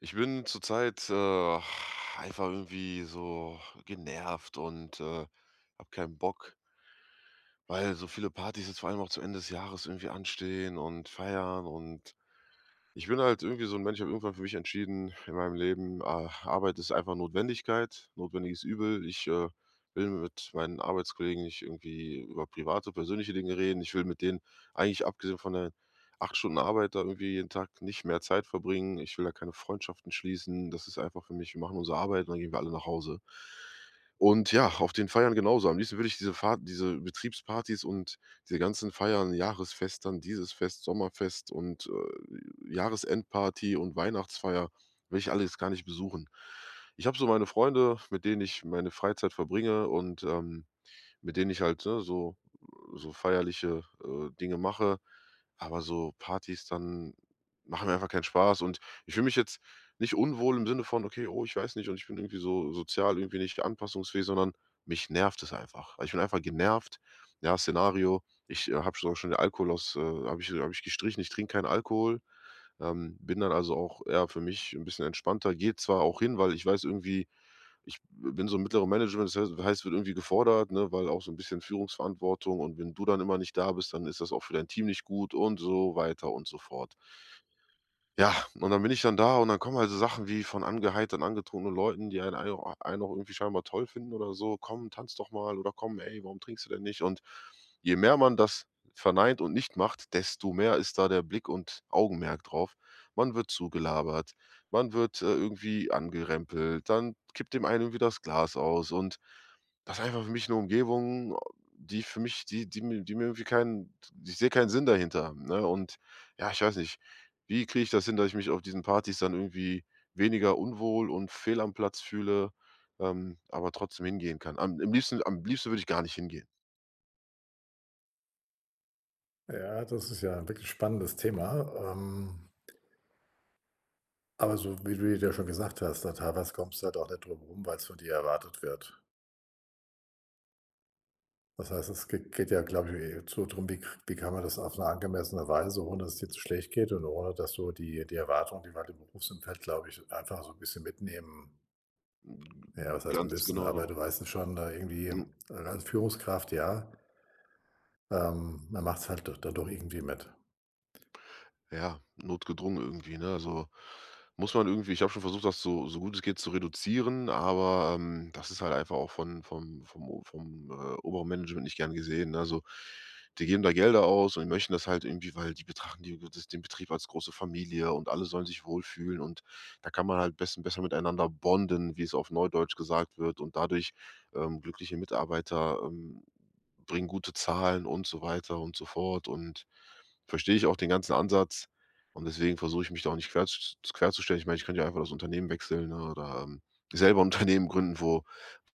Ich bin zurzeit einfach irgendwie so genervt und habe keinen Bock, weil so viele Partys jetzt vor allem auch zu Ende des Jahres irgendwie anstehen und feiern. Und ich bin halt irgendwie so ein Mensch. Ich habe irgendwann für mich entschieden in meinem Leben, Arbeit ist einfach Notwendigkeit, notwendiges Übel. Ich will mit meinen Arbeitskollegen nicht irgendwie über private, persönliche Dinge reden. Ich will mit denen eigentlich, abgesehen von der 8 Stunden Arbeit da, irgendwie jeden Tag nicht mehr Zeit verbringen. Ich will da keine Freundschaften schließen. Das ist einfach für mich, wir machen unsere Arbeit und dann gehen wir alle nach Hause. Und ja, auf den Feiern genauso. Am liebsten würde ich diese Betriebspartys und diese ganzen Feiern, Jahresfest, dann dieses Fest, Sommerfest und Jahresendparty und Weihnachtsfeier will ich alles gar nicht besuchen. Ich habe so meine Freunde, mit denen ich meine Freizeit verbringe und mit denen ich halt, ne, so feierliche, Dinge mache, aber so Partys dann machen mir einfach keinen Spaß und ich fühle mich jetzt nicht unwohl im Sinne von: „Okay, oh, ich weiß nicht und ich bin irgendwie so sozial irgendwie nicht anpassungsfähig", sondern mich nervt es einfach. Ich bin einfach genervt. Ja, Szenario, ich habe so schon den Alkohol aus habe ich gestrichen, ich trinke keinen Alkohol, bin dann also auch eher für mich ein bisschen entspannter, gehe zwar auch hin, weil ich weiß irgendwie, ich bin so im mittleren Management, das heißt, wird irgendwie gefordert, ne, weil auch so ein bisschen Führungsverantwortung, und wenn du dann immer nicht da bist, dann ist das auch für dein Team nicht gut und so weiter und so fort. Ja, und dann bin ich dann da und dann kommen halt so Sachen wie von angeheitert angetrunkenen Leuten, die einen auch irgendwie scheinbar toll finden oder so: „Komm, tanz doch mal" oder „Komm, ey, warum trinkst du denn nicht?" Und je mehr man das verneint und nicht macht, desto mehr ist da der Blick und Augenmerk drauf. Man wird zugelabert, man wird irgendwie angerempelt, dann kippt dem einen irgendwie das Glas aus, und das ist einfach für mich 'ne Umgebung, die für mich die die mir irgendwie keinen ich sehe keinen Sinn dahinter, ne? Und ja, ich weiß nicht, wie kriege ich das hin, dass ich mich auf diesen Partys dann irgendwie weniger unwohl und fehl am Platz fühle, aber trotzdem hingehen kann. Am liebsten würde ich gar nicht hingehen. Ja, das ist ja 'n wirklich spannendes Thema. Aber so wie du ja schon gesagt hast, da teilweise kommst du halt auch nicht drum rum, weil es von dir erwartet wird. Das heißt, es ge geht ja, glaube ich, eh so drum, wie kann man das auf eine angemessene Weise, ohne dass es dir zu schlecht geht und ohne, dass so die Erwartungen, die wir halt im Berufsumfeld, glaube ich, einfach so ein bisschen mitnehmen ja, was heißt Ganz müssen, aber genau. du weißt es schon, da irgendwie, als Führungskraft ja, man macht es halt d dann doch irgendwie mit. Ja, notgedrungen irgendwie, ne? Also, muss man irgendwie ich habe schon versucht, das so gut es geht zu reduzieren, aber, das ist halt einfach auch von vom vom o vom, oberen Management nicht gern gesehen, ne? Also, die geben da Gelder aus und die möchten das halt irgendwie, weil die betrachten die das, den Betrieb, als große Familie und alle sollen sich wohlfühlen, und da kann man halt besten besser miteinander bonden, wie es auf Neudeutsch gesagt wird, und dadurch, glückliche Mitarbeiter bringen gute Zahlen und so weiter und so fort. Und verstehe ich auch den ganzen Ansatz, und deswegen versuche ich mich da auch nicht querzustellen. Ich meine, ich könnte ja einfach das Unternehmen wechseln, ne, oder, selber ein Unternehmen gründen, wo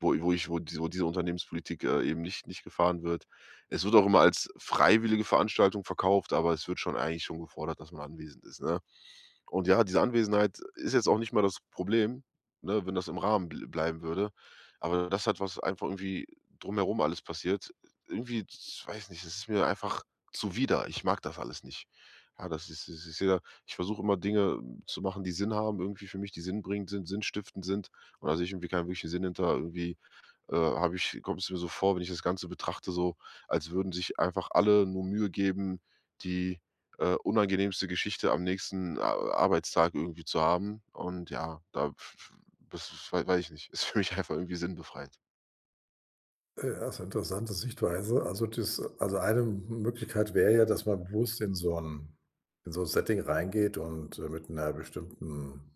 wo wo ich wo diese wo diese Unternehmenspolitik, eben nicht gefahren wird. Es wird auch immer als freiwillige Veranstaltung verkauft, aber es wird schon eigentlich schon gefordert, dass man anwesend ist, ne? Und ja, diese Anwesenheit ist jetzt auch nicht mal das Problem, ne, wenn das im Rahmen bl bleiben würde. Aber das, hat was einfach irgendwie drumherum alles passiert, irgendwie, ich weiß nicht, es ist mir einfach zuwider. Ich mag das alles nicht. Ja, das ist ist ist ja ich versuche immer Dinge zu machen, die Sinn haben irgendwie für mich, die sinnbringend sind, sinnstiftend sind. Und da sehe ich irgendwie keinen wirklichen Sinn hinter, irgendwie habe ich kommt es mir so vor, wenn ich das Ganze betrachte, so, als würden sich einfach alle nur Mühe geben, die unangenehmste Geschichte am nächsten A Arbeitstag irgendwie zu haben. Und ja, das ist, weiß ich nicht, ist für mich einfach irgendwie sinnbefreit. Also, interessante Sichtweise. Also, das also, eine Möglichkeit wäre ja, dass man bewusst in so ein Setting reingeht und, mit einer bestimmten,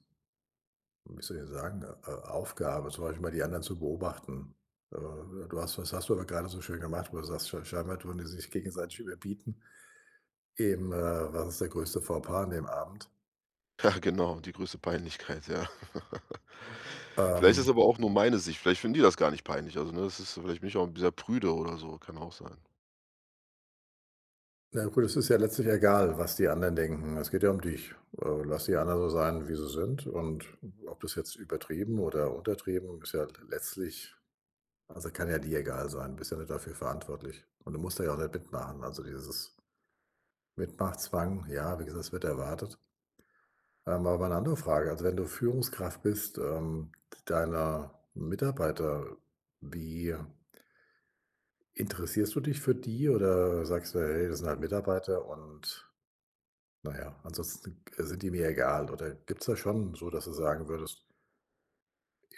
wie soll ich sagen, Aufgabe, zum Beispiel mal die anderen zu beobachten. Äh, du hast das Hast du aber gerade so schön gemacht, wo du sagst, scheinbar tun die sich gegenseitig überbieten, eben, was ist der größte Fauxpas an dem Abend? Ja, genau, die größte Peinlichkeit, ja. Vielleicht ist Ähm, aber auch nur meine Sicht. Vielleicht finden die das gar nicht peinlich. Also, ne, das ist, vielleicht bin ich auch sehr prüde oder so, kann auch sein. Na gut, es ist ja letztlich egal, was die anderen denken. Es geht ja um dich. Lass die anderen so sein, wie sie sind. Und ob das jetzt übertrieben oder untertrieben, ist ja letztlich, also kann ja dir egal sein. Du bist ja nicht dafür verantwortlich. Und du musst da ja auch nicht mitmachen. Also dieses Mitmachzwang, ja, wie gesagt, es wird erwartet. Aber mal eine andere Frage. Also wenn du Führungskraft bist, deiner Mitarbeiter, wie interessierst du dich für die oder sagst du, hey, das sind halt Mitarbeiter und na ja, ansonsten sind die mir egal oder gibt's da schon so, dass du sagen würdest: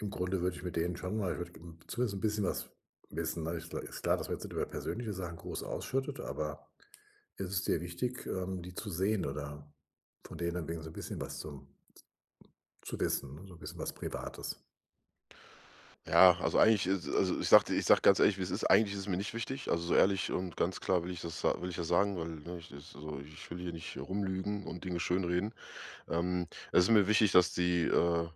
„Im Grunde würde ich mit denen schon mal ich würde zumindest ein bisschen was wissen", ne? Ist kl ist klar, dass man jetzt nicht über persönliche Sachen groß ausschüttet, aber ist es dir wichtig, die zu sehen oder von denen dann wenigstens ein bisschen was zum zu wissen, ne, so ein bisschen was Privates? Ja, also eigentlich ist, also ich sag ganz ehrlich, wie es ist, eigentlich ist es mir nicht wichtig. Also, so ehrlich und ganz klar will ich das sa will ich das sagen, weil, ne, ich das so, ich will hier nicht rumlügen und Dinge schönreden. Ähm, es ist mir wichtig, dass die,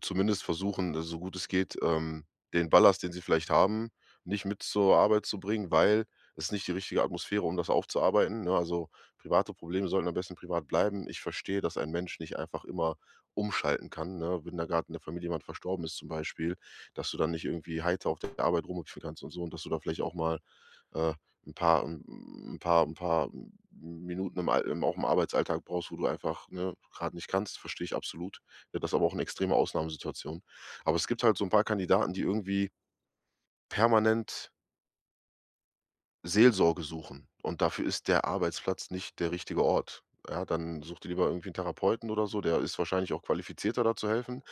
zumindest versuchen, so gut es geht, den Ballast, den sie vielleicht haben, nicht mit zur Arbeit zu bringen, weil es ist nicht die richtige Atmosphäre, um das aufzuarbeiten, ne? Also, private Probleme sollten am besten privat bleiben. Ich verstehe, dass ein Mensch nicht einfach immer umschalten kann, ne? Wenn da grad in der Familie jemand verstorben ist zum Beispiel, dass du dann nicht irgendwie heiter auf der Arbeit rumhüpfen kannst und so, und dass du da vielleicht auch mal, äh, ein paar ein ein paar Minuten im Al im auch im Arbeitsalltag brauchst, wo du einfach, ne, grad nicht kannst, verstehe ich absolut. Ja, das ist aber auch eine extreme Ausnahmesituation. Aber es gibt halt so ein paar Kandidaten, die irgendwie permanent Seelsorge suchen, und dafür ist der Arbeitsplatz nicht der richtige Ort. Ja, dann such dir lieber irgendwie 'n Therapeuten oder so, der ist wahrscheinlich auch qualifizierter, da zu helfen.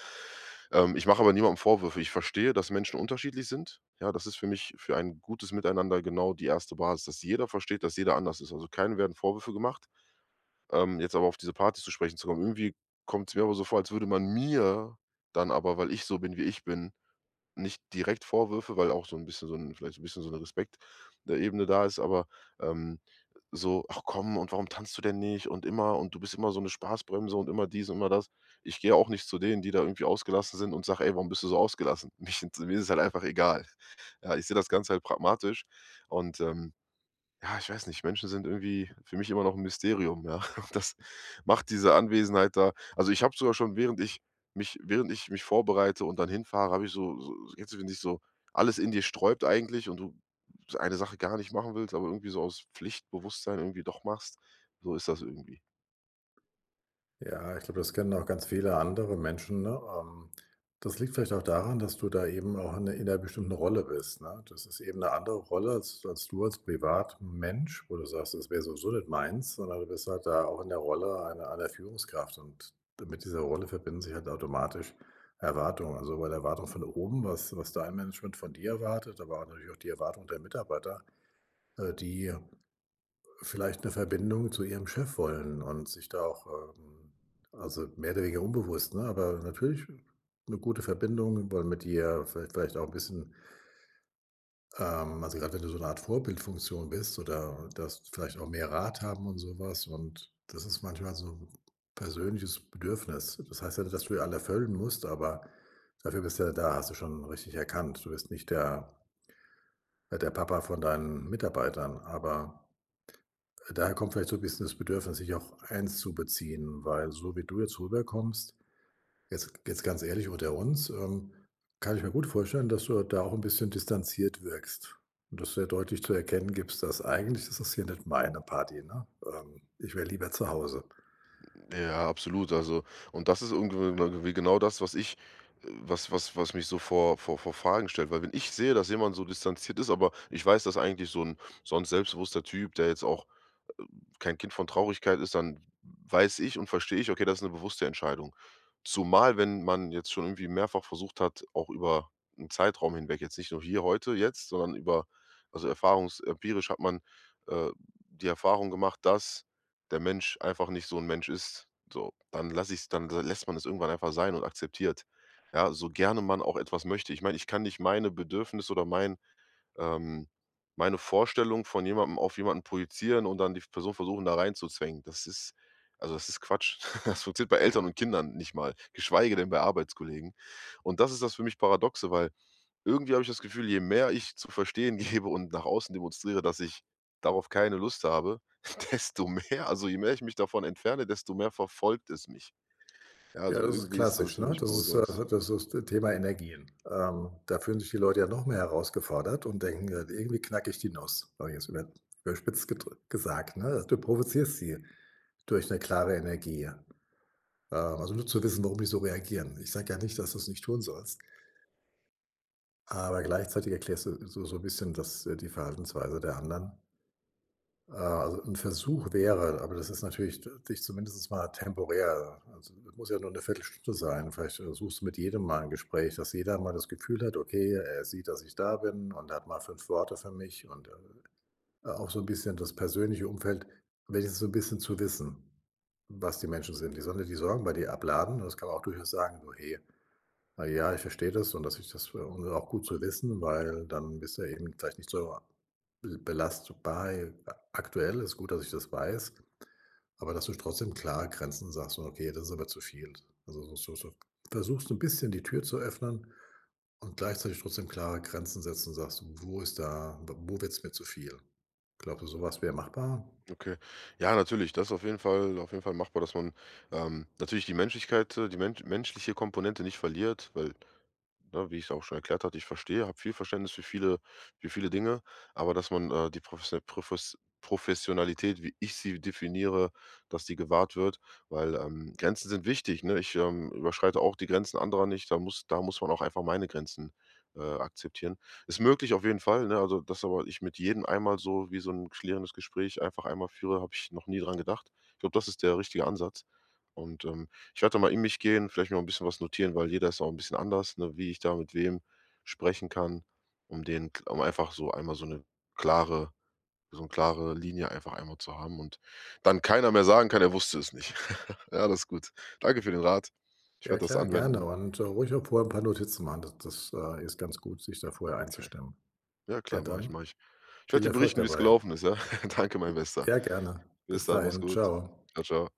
Ich mache aber niemandem Vorwürfe. Ich verstehe, dass Menschen unterschiedlich sind. Ja, das ist für mich für ein gutes Miteinander genau die erste Basis, dass jeder versteht, dass jeder anders ist. Also, keinem werden Vorwürfe gemacht. Jetzt aber auf diese Partys zu sprechen zu kommen, irgendwie kommt's mir aber so vor, als würde man mir dann aber, weil ich so bin, wie ich bin, nicht direkt Vorwürfe, weil auch so ein bisschen, so ein vielleicht ein bisschen, so eine Respekt Ebene da ist, aber, ähm, so: „Ach komm, und warum tanzt du denn nicht?" und immer, und „du bist immer so eine Spaßbremse" und immer dies und immer das. Ich gehe auch nicht zu denen, die da irgendwie ausgelassen sind, und sage: „Ey, warum bist du so ausgelassen?" Mich mir ist es halt einfach egal. Ja, ich sehe das Ganze halt pragmatisch und ja, ich weiß nicht, Menschen sind irgendwie für mich immer noch ein Mysterium, ja. Und das macht diese Anwesenheit da, also, ich habe sogar schon, während ich mich vorbereite und dann hinfahre, habe ich so, kennst du, wenn so alles in dir sträubt eigentlich und du eine Sache gar nicht machen willst, aber irgendwie so aus Pflichtbewusstsein irgendwie doch machst? So ist das irgendwie. Ja, ich glaube, das kennen auch ganz viele andere Menschen, ne? Ähm, das liegt vielleicht auch daran, dass du da eben auch in 'ner bestimmten Rolle bist, ne? Das ist eben eine andere Rolle als du als Privatmensch, wo du sagst: „Das wäre sowieso nicht meins", sondern du bist halt da auch in der Rolle einer Führungskraft und mit dieser Rolle verbinden sich halt automatisch Erwartungen. Also, sowohl Erwartung von oben, was dein Management von dir erwartet, aber auch natürlich auch die Erwartung der Mitarbeiter, die vielleicht eine Verbindung zu ihrem Chef wollen und sich da auch, ähm also, mehr oder weniger unbewusst, ne, aber natürlich eine gute Verbindung, wollen mit dir vielleicht auch ein bisschen, also, gerade wenn du so eine Art Vorbildfunktion bist oder das vielleicht auch mehr Rat haben und sowas und das ist manchmal so 'n persönliches Bedürfnis. Das heißt ja nicht, dass du alle erfüllen musst, aber dafür bist du ja da, hast du schon richtig erkannt. Du bist nicht der Papa von deinen Mitarbeitern, aber daher kommt vielleicht so ein bisschen das Bedürfnis, sich auch einzubeziehen, weil so wie du jetzt rüberkommst, jetzt ganz ehrlich unter uns, kann ich mir gut vorstellen, dass du da auch ein bisschen distanziert wirkst und dass du ja deutlich zu erkennen gibst, dass eigentlich ist das hier nicht meine Party, ne? Ich wäre lieber zu Hause. Ja, absolut. Also, und das ist irgendwie genau das, was ich, was mich so vor Fragen stellt. Weil wenn ich sehe, dass jemand so distanziert ist, aber ich weiß, dass eigentlich so ein, so 'n selbstbewusster Typ, der jetzt auch kein Kind von Traurigkeit ist, dann weiß ich und verstehe ich, okay, das ist eine bewusste Entscheidung. Zumal, wenn man jetzt schon irgendwie mehrfach versucht hat, auch über einen Zeitraum hinweg, jetzt nicht nur hier, heute, jetzt, sondern über, also, erfahrungs empirisch hat man, äh, die Erfahrung gemacht, dass der Mensch einfach nicht so ein Mensch ist. So, dann lasse ich dann dann lässt man es irgendwann einfach sein und akzeptiert. Ja, so gerne man auch etwas möchte. Ich meine, ich kann nicht meine Bedürfnisse oder ähm, meine Vorstellung von jemandem auf jemanden projizieren und dann die Person versuchen, da reinzuzwängen. Das ist also, das ist Quatsch. Das funktioniert bei Eltern und Kindern nicht mal, geschweige denn bei Arbeitskollegen. Und das ist das für mich Paradoxe, weil irgendwie habe ich das Gefühl, je mehr ich zu verstehen gebe und nach außen demonstriere, dass ich darauf keine Lust habe, desto mehr, also, je mehr ich mich davon entferne, desto mehr verfolgt es mich. Ja, Ja, also, das ist irgendwie ist das klassisch, für ne? mich Das ist, paradox. Das Thema Energien. Da fühlen sich die Leute ja noch mehr herausgefordert und denken: „Ja, irgendwie knacke ich die Nuss." Hab ich jetzt überspitzt gedr gesagt, ne? Du provozierst sie. Durch 'ne klare Energie. Ja. Also, nur zu wissen, warum die so reagieren. Ich sage ja nicht, dass du's nicht tun sollst, aber gleichzeitig erklärst du so 'n bisschen das die Verhaltensweise der anderen. Also, 'n Versuch wäre aber das ist natürlich d dich zumindest mal temporär also, das muss ja nur 'ne Viertelstunde sein. Vielleicht, suchst du mit jedem mal 'n Gespräch, dass jeder mal das Gefühl hat: „Okay, er sieht, dass ich da bin und er hat mal 5 Worte für mich und“ Auch so ein bisschen das persönliche Umfeld wenigstens so ein bisschen zu wissen, was die Menschen sind. Die sollen ja die Sorgen bei dir abladen und das kann man auch durchaus sagen, so: „Hey, na ja, ich verstehe das und dass ich das und auch gut zu wissen, weil dann bist du ja eben vielleicht nicht so belastbar aktuell. Ist gut, dass ich das weiß." aber dass du trotzdem klare Grenzen sagst und: „Okay, das ist aber zu viel." Also, so versuchst 'n bisschen die Tür zu öffnen und gleichzeitig trotzdem klare Grenzen setzen und sagst: „Wo ist da w wo wird's mir zu viel?" Glaubst du, sowas wäre machbar? Okay. Ja, natürlich, das ist auf jeden Fall machbar, dass man, natürlich die Menschlichkeit, äh, die menschliche Komponente nicht verliert, weil, ne, wie ich es auch schon erklärt hatte, ich verstehe, habe viel Verständnis für viele Dinge, aber dass man die Professionalität, wie ich sie definiere, dass die gewahrt wird, weil, Grenzen sind wichtig. Ne? Ich überschreite auch die Grenzen anderer nicht. Da muss man auch einfach meine Grenzen akzeptieren. Ist möglich auf jeden Fall. Ne? Also, dass aber ich mit jedem einmal so, wie so ein klärendes Gespräch, einfach einmal führe, habe ich noch nie dran gedacht. Ich glaube, das ist der richtige Ansatz. Und ich werde da mal in mich gehen, vielleicht mir auch 'n bisschen was notieren, weil jeder ist auch ein bisschen anders, ne, wie ich da mit wem sprechen kann, um den um einfach so einmal klare so eine klare Linie einfach einmal zu haben, und dann keiner mehr sagen kann, er wusste es nicht. Ja, das ist gut. Danke für den Rat. Ich Ja werde das klar, gerne anwenden. und, ruhig auch vorher ein paar Notizen machen. Das ist ganz gut, sich da vorher Okay. einzustimmen. Ja Ja klar, dann, mache ich. Ich werde viel dir Erfolg berichten, wie es dabei. gelaufen ist, ja? Danke, mein Bester. Ja, gerne. Bis Bis dann, mach's dahin. gut. Ciao. Ciao. Tschau.